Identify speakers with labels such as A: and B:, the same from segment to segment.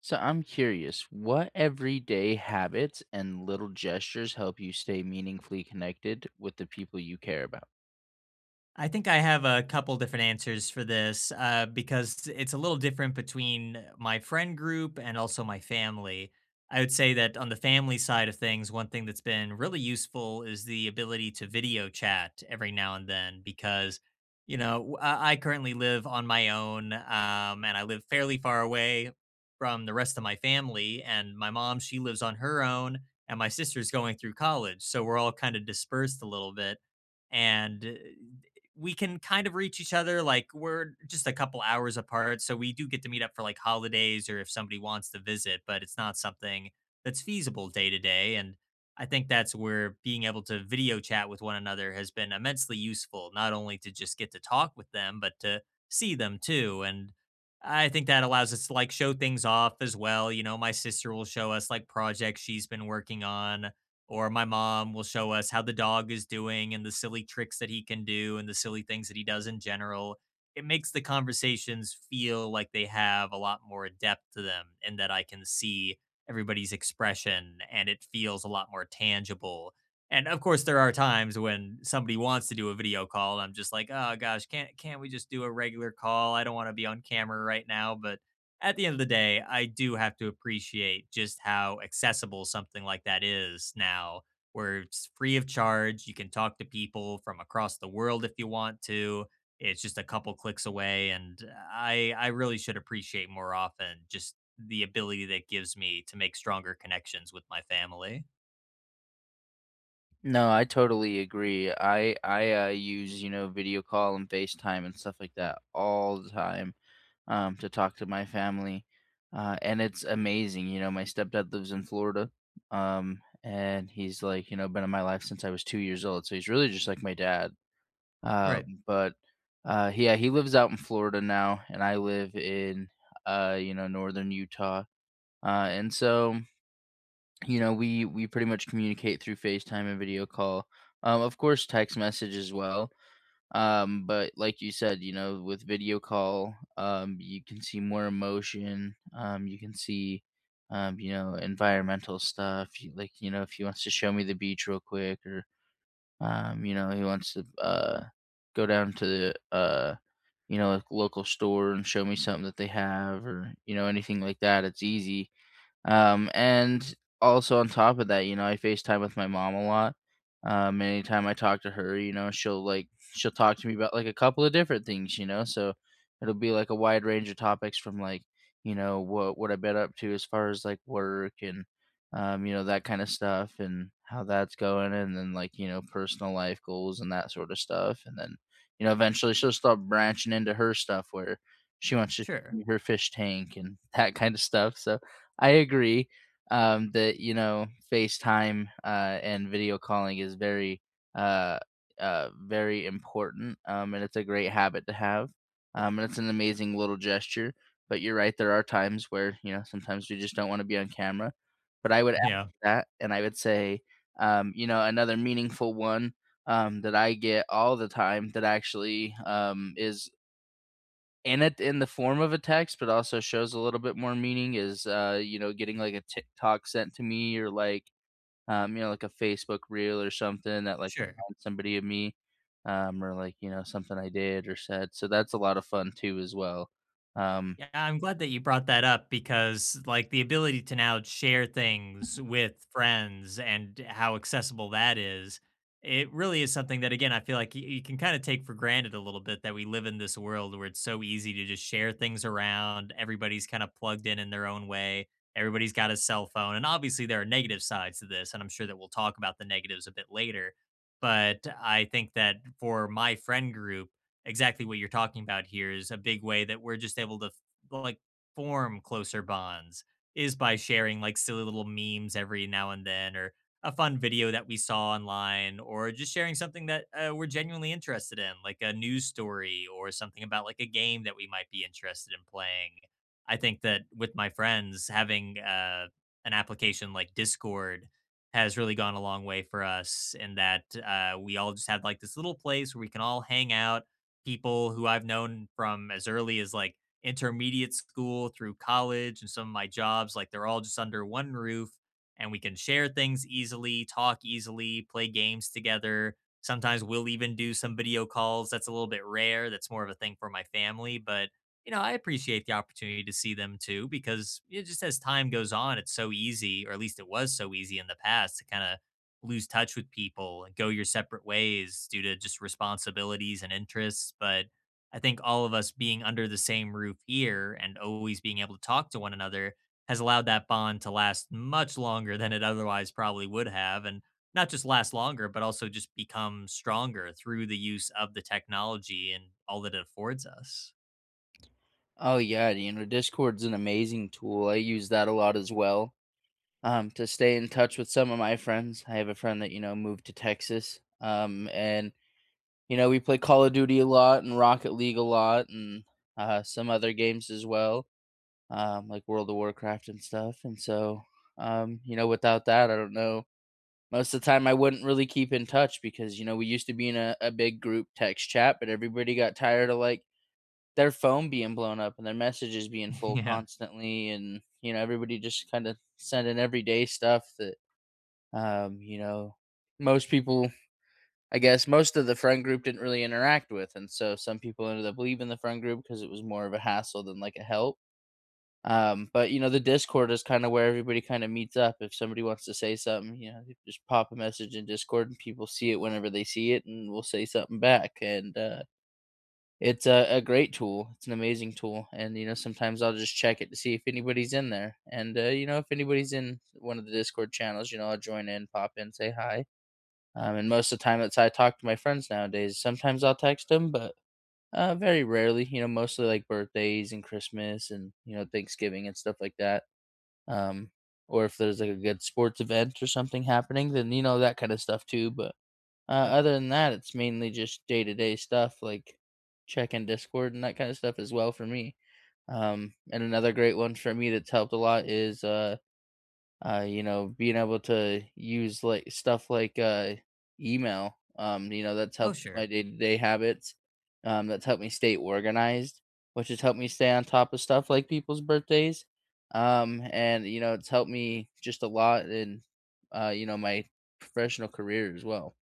A: So I'm curious, what everyday habits and little gestures help you stay meaningfully connected with the people you care about?
B: I think I have a couple different answers for this because it's a little different between my friend group and also my family. I would say that on the family side of things, one thing that's been really useful is the ability to video chat every now and then because, you know, I currently live on my own and I live fairly far away from the rest of my family. And my mom, she lives on her own, and my sister's going through college. So we're all kind of dispersed a little bit and we can kind of reach each other. Like, we're just a couple hours apart, so we do get to meet up for like holidays or if somebody wants to visit, but it's not something that's feasible day to day. And I think that's where being able to video chat with one another has been immensely useful, not only to just get to talk with them but to see them too. And I think that allows us to like show things off as well. You know, my sister will show us like projects she's been working on, or my mom will show us how the dog is doing and the silly tricks that he can do and the silly things that he does in general. It makes the conversations feel like they have a lot more depth to them and that I can see everybody's expression and it feels a lot more tangible. And of course there are times when somebody wants to do a video call and I'm just like, "Oh gosh, can't we just do a regular call? I don't want to be on camera right now." But at the end of the day, I do have to appreciate just how accessible something like that is now, where it's free of charge. You can talk to people from across the world if you want to. It's just a couple clicks away, and I really should appreciate more often just the ability that gives me to make stronger connections with my family.
A: No, I totally agree. I use video call and FaceTime and stuff like that all the time to talk to my family, and it's amazing. My stepdad lives in Florida, and he's like been in my life since I was 2 years old, so he's really just like my dad. Uh,
B: Right.
A: but yeah, he lives out in Florida now, and I live in northern Utah. And so we pretty much communicate through FaceTime and video call. Of course, text message as well. But like you said, with video call, you can see more emotion. You can see, environmental stuff. Like, if he wants to show me the beach real quick, or he wants to go down to the a local store and show me something that they have or, anything like that. It's easy, and also on top of that, I FaceTime with my mom a lot. And anytime I talk to her, she'll talk to me about like a couple of different things. So it'll be like a wide range of topics from like, what I've been up to as far as like work and that kind of stuff and how that's going, and then like, personal life goals and that sort of stuff. And then, eventually she'll start branching into her stuff where she wants to
B: Sure.
A: see her fish tank and that kind of stuff. So I agree that FaceTime and video calling is uh, very important, and it's a great habit to have, and it's an amazing little gesture. But you're right, there are times where sometimes we just don't want to be on camera. But I would add
B: Yeah.
A: to that, and I would say, another meaningful one that I get all the time that actually is in the form of a text, but also shows a little bit more meaning is getting like a TikTok sent to me or like like a Facebook reel or something that like
B: Sure.
A: reminds somebody of me, or like, something I did or said. So that's a lot of fun too as well. Um
B: Yeah, I'm glad that you brought that up because, like, the ability to now share things with friends and how accessible that is, it really is something that, again, I feel like you can kind of take for granted a little bit that we live in this world where it's so easy to just share things around. Everybody's kind of plugged in their own way. Everybody's got a cell phone. And obviously, there are negative sides to this. And I'm sure that we'll talk about the negatives a bit later. But I think that for my friend group, exactly what you're talking about here is a big way that we're just able to, like, form closer bonds is by sharing, like, silly little memes every now and then or a fun video that we saw online, or just sharing something that, we're genuinely interested in, like a news story or something about, like, a game that we might be interested in playing. I think that with my friends, having, an application like Discord has really gone a long way for us in that, we all just have, like, this little place where we can all hang out. People who I've known from as early as, like, intermediate school through college and some of my jobs. Like, they're all just under one roof and we can share things easily, talk easily, play games together. Sometimes we'll even do some video calls. That's a little bit rare. That's more of a thing for my family, but you know, I appreciate the opportunity to see them too, because it just, as time goes on, it's so easy, or at least it was so easy in the past to kind of lose touch with people and go your separate ways due to just responsibilities and interests. But I think all of us being under the same roof here and always being able to talk to one another has allowed that bond to last much longer than it otherwise probably would have. And not just last longer, but also just become stronger through the use of the technology and all that it affords us.
A: oh yeah, Discord's an amazing tool. I use that a lot as well. To stay in touch with some of my friends. I have a friend that, moved to Texas. And we play Call of Duty a lot and Rocket League a lot and some other games as well, like World of Warcraft and stuff. And so, without that, I don't know. Most of the time, I wouldn't really keep in touch because, we used to be in a big group text chat, but everybody got tired of like their phone being blown up and their messages being full
B: Yeah.
A: constantly. And, everybody just kind of sending everyday stuff that, um, you know, most people I guess most of the friend group didn't really interact with, and so some people ended up leaving the friend group because it was more of a hassle than like a help. But the Discord is kind of where everybody kind of meets up. If somebody wants to say something, they just pop a message in Discord, and people see it whenever they see it, and we'll say something back. And it's a great tool. It's an amazing tool, and sometimes I'll just check it to see if anybody's in there. And if anybody's in one of the Discord channels, I'll join in, pop in, say hi, and most of the time, that's how I talk to my friends nowadays. Sometimes I'll text them, but very rarely. Mostly like birthdays and Christmas and Thanksgiving and stuff like that. Um, or if there's like a good sports event or something happening, then that kind of stuff too. But
B: Right.
A: other than that, it's mainly just day to day stuff like checking Discord and that kind of stuff as well for me. And another great one for me that's helped a lot is being able to use like stuff like email, that's
B: Oh,
A: helped my
B: sure.
A: day to day habits. That's helped me stay organized, which has helped me stay on top of stuff like people's birthdays. And it's helped me just a lot in, my professional career as well.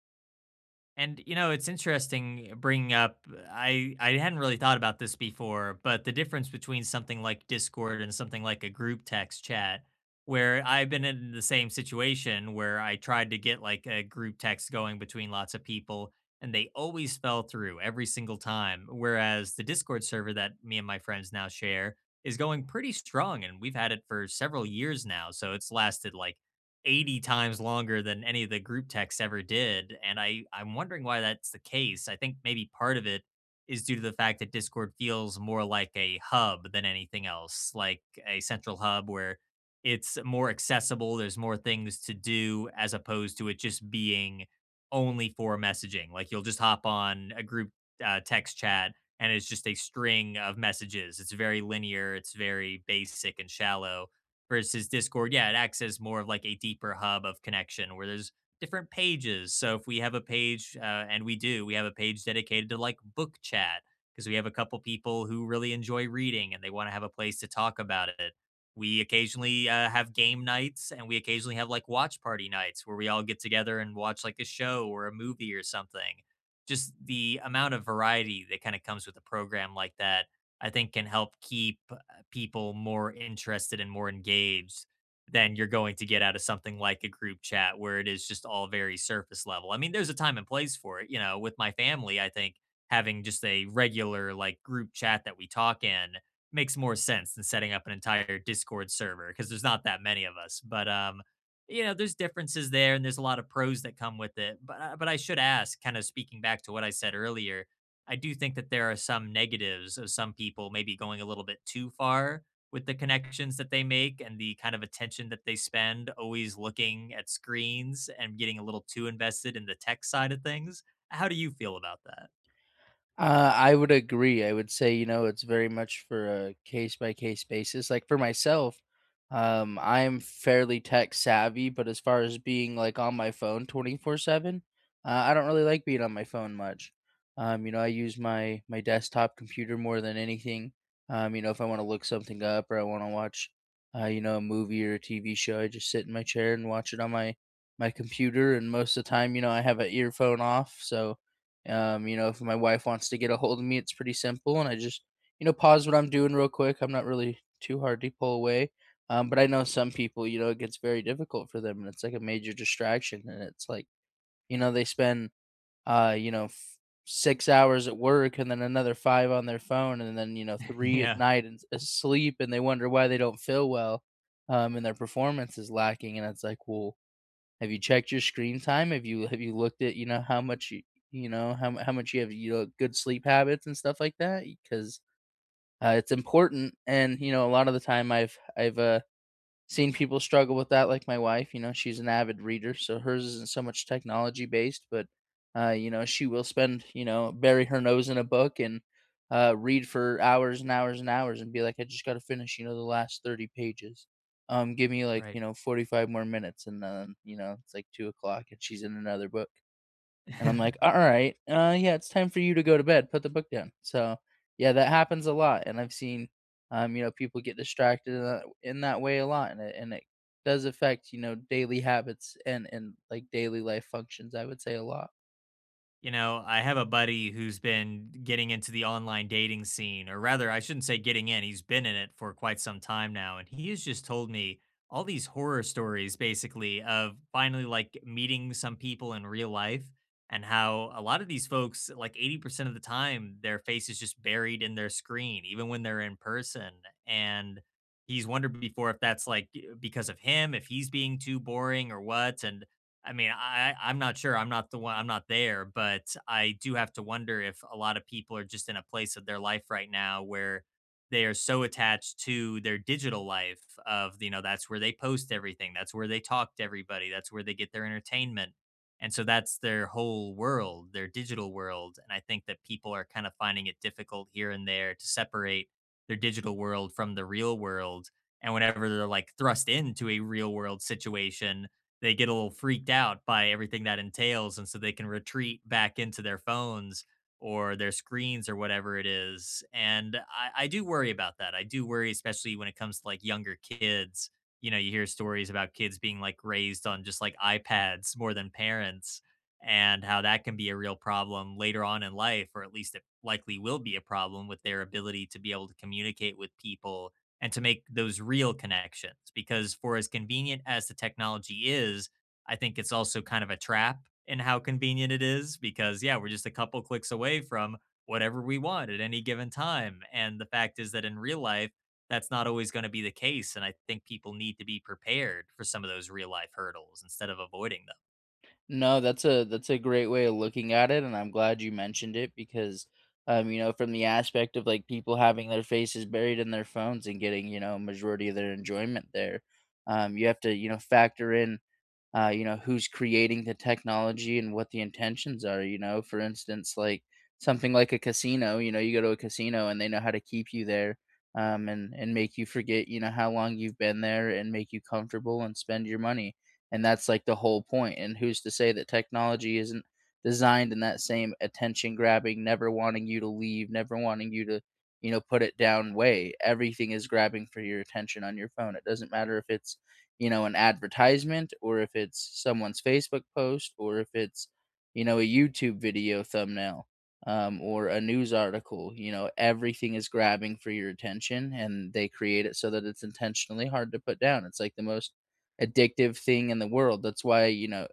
B: And you know, it's interesting bringing up. I hadn't really thought about this before, but the difference between something like Discord and something like a group text chat, where I've been in the same situation where I tried to get like a group text going between lots of people, and they always fell through every single time. Whereas the Discord server that me and my friends now share is going pretty strong, and we've had it for several years now, so it's lasted like 80 times longer than any of the group texts ever did. And I'm wondering why that's the case. I think maybe part of it is due to the fact that Discord feels more like a hub than anything else, like a central hub where it's more accessible, there's more things to do as opposed to it just being only for messaging. Like, you'll just hop on a group text chat and it's just a string of messages. It's very linear, it's very basic and shallow versus Discord. Yeah, it acts as more of like a deeper hub of connection where there's different pages. So if we have a page, and we do, we have a page dedicated to like book chat because we have a couple people who really enjoy reading and they want to have a place to talk about it. We occasionally have game nights and we occasionally have like watch party nights where we all get together and watch like a show or a movie or something. Just the amount of variety that kind of comes with a program like that, I think, can help keep people more interested and more engaged than you're going to get out of something like a group chat where it is just all very surface level. I mean, there's a time and place for it. You know, with my family, I think having just a regular like group chat that we talk in makes more sense than setting up an entire Discord server because there's not that many of us. But you know, there's differences there, and there's a lot of pros that come with it. But I should ask, kind of speaking back to what I said earlier, I do think that there are some negatives of some people maybe going a little bit too far with the connections that they make and the kind of attention that they spend always looking at screens and getting a little too invested in the tech side of things. How do you feel about that?
A: I would agree. I would say, it's very much for a case by case basis. Like for myself, I'm fairly tech savvy, but as far as being like on my phone 24/7, I don't really like being on my phone much. I use my desktop computer more than anything. If I want to look something up or I want to watch, a movie or a TV show, I just sit in my chair and watch it on my computer. And most of the time, I have an earphone off, so, if my wife wants to get a hold of me, it's pretty simple, and I just, pause what I'm doing real quick. I'm not really too hard to pull away. But I know some people, it gets very difficult for them, and it's like a major distraction. And it's like, they spend, uh, you know, f- 6 hours at work, and then another five on their phone, and then three at
B: Yeah.
A: night and asleep, and they wonder why they don't feel well, and their performance is lacking. And it's like, well, have you checked your screen time? Have you looked at, how much you you know, how mu- how much you have, good sleep habits and stuff like that? Because it's important, and a lot of the time I've seen people struggle with that, like my wife. She's an avid reader, so hers isn't so much technology based, but she will spend, bury her nose in a book and read for hours and hours and hours and be like, "I just got to finish, the last 30 pages. Give me like,
B: Right.
A: 45 more minutes." And then, it's like 2 o'clock and she's in another book. And I'm like, "All right, yeah, it's time for you to go to bed. Put the book down." So yeah, that happens a lot, and I've seen, people get distracted in that way a lot, and it does affect daily habits and like daily life functions. I would say a lot.
B: You know, I have a buddy who's been getting into the online dating scene, or rather, I shouldn't say getting in, he's been in it for quite some time now. And he has just told me all these horror stories basically of finally like meeting some people in real life and how a lot of these folks, like 80% of the time, their face is just buried in their screen, even when they're in person. And he's wondered before if that's like because of him, if he's being too boring or what. And I mean, I'm not sure. I'm not the one. I'm not there, but I do have to wonder if a lot of people are just in a place of their life right now where they are so attached to their digital life, of, you know, that's where they post everything, that's where they talk to everybody, that's where they get their entertainment, and so that's their whole world, their digital world. And I think that people are kind of finding it difficult here and there to separate their digital world from the real world. And whenever they're like thrust into a real world situation, they get a little freaked out by everything that entails, and so they can retreat back into their phones or their screens or whatever it is. And I do worry about that. I do worry, especially when it comes to like younger kids. You know, you hear stories about kids being like raised on just like ipads more than parents, and how that can be a real problem later on in life, or at least it likely will be a problem with their ability to be able to communicate with people and to make those real connections. Because for as convenient as the technology is, I think it's also kind of a trap in how convenient it is. Because, yeah, we're just a couple clicks away from whatever we want at any given time. And the fact is that in real life, that's not always going to be the case. And I think people need to be prepared for some of those real life hurdles instead of avoiding them.
A: No, that's a great way of looking at it, and I'm glad you mentioned it because, from the aspect of like people having their faces buried in their phones and getting majority of their enjoyment there, you have to factor in who's creating the technology and what the intentions are, you know? For instance, like something like a casino, you go to a casino and they know how to keep you there and make you forget, how long you've been there and make you comfortable and spend your money. And that's like the whole point. And who's to say that technology isn't designed in that same attention grabbing, never wanting you to leave, never wanting you to, put it down way? Everything is grabbing for your attention on your phone. It doesn't matter if it's an advertisement or if it's someone's Facebook post or if it's, a YouTube video thumbnail, or a news article. Everything is grabbing for your attention and they create it so that it's intentionally hard to put down. It's like the most addictive thing in the world. That's why, you know,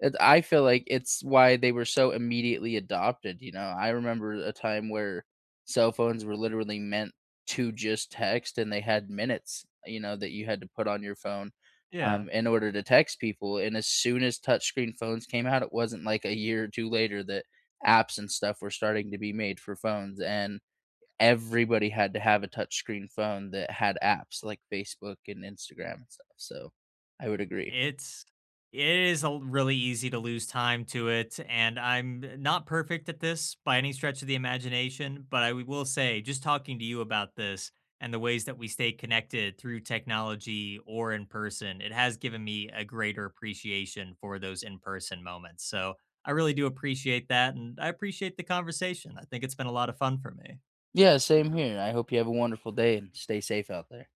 A: it, I feel like it's why they were so immediately adopted. I remember a time where cell phones were literally meant to just text and they had minutes, that you had to put on your phone
B: Yeah.
A: in order to text people. And as soon as touchscreen phones came out, it wasn't like a year or two later that apps and stuff were starting to be made for phones. And everybody had to have a touchscreen phone that had apps like Facebook and Instagram and stuff. So I would agree.
B: It's it is a really easy to lose time to it, and I'm not perfect at this by any stretch of the imagination, but I will say just talking to you about this and the ways that we stay connected through technology or in person, it has given me a greater appreciation for those in-person moments. So, I really do appreciate that, and I appreciate the conversation. I think it's been a lot of fun for me.
A: Yeah, same here. I hope you have a wonderful day and stay safe out there.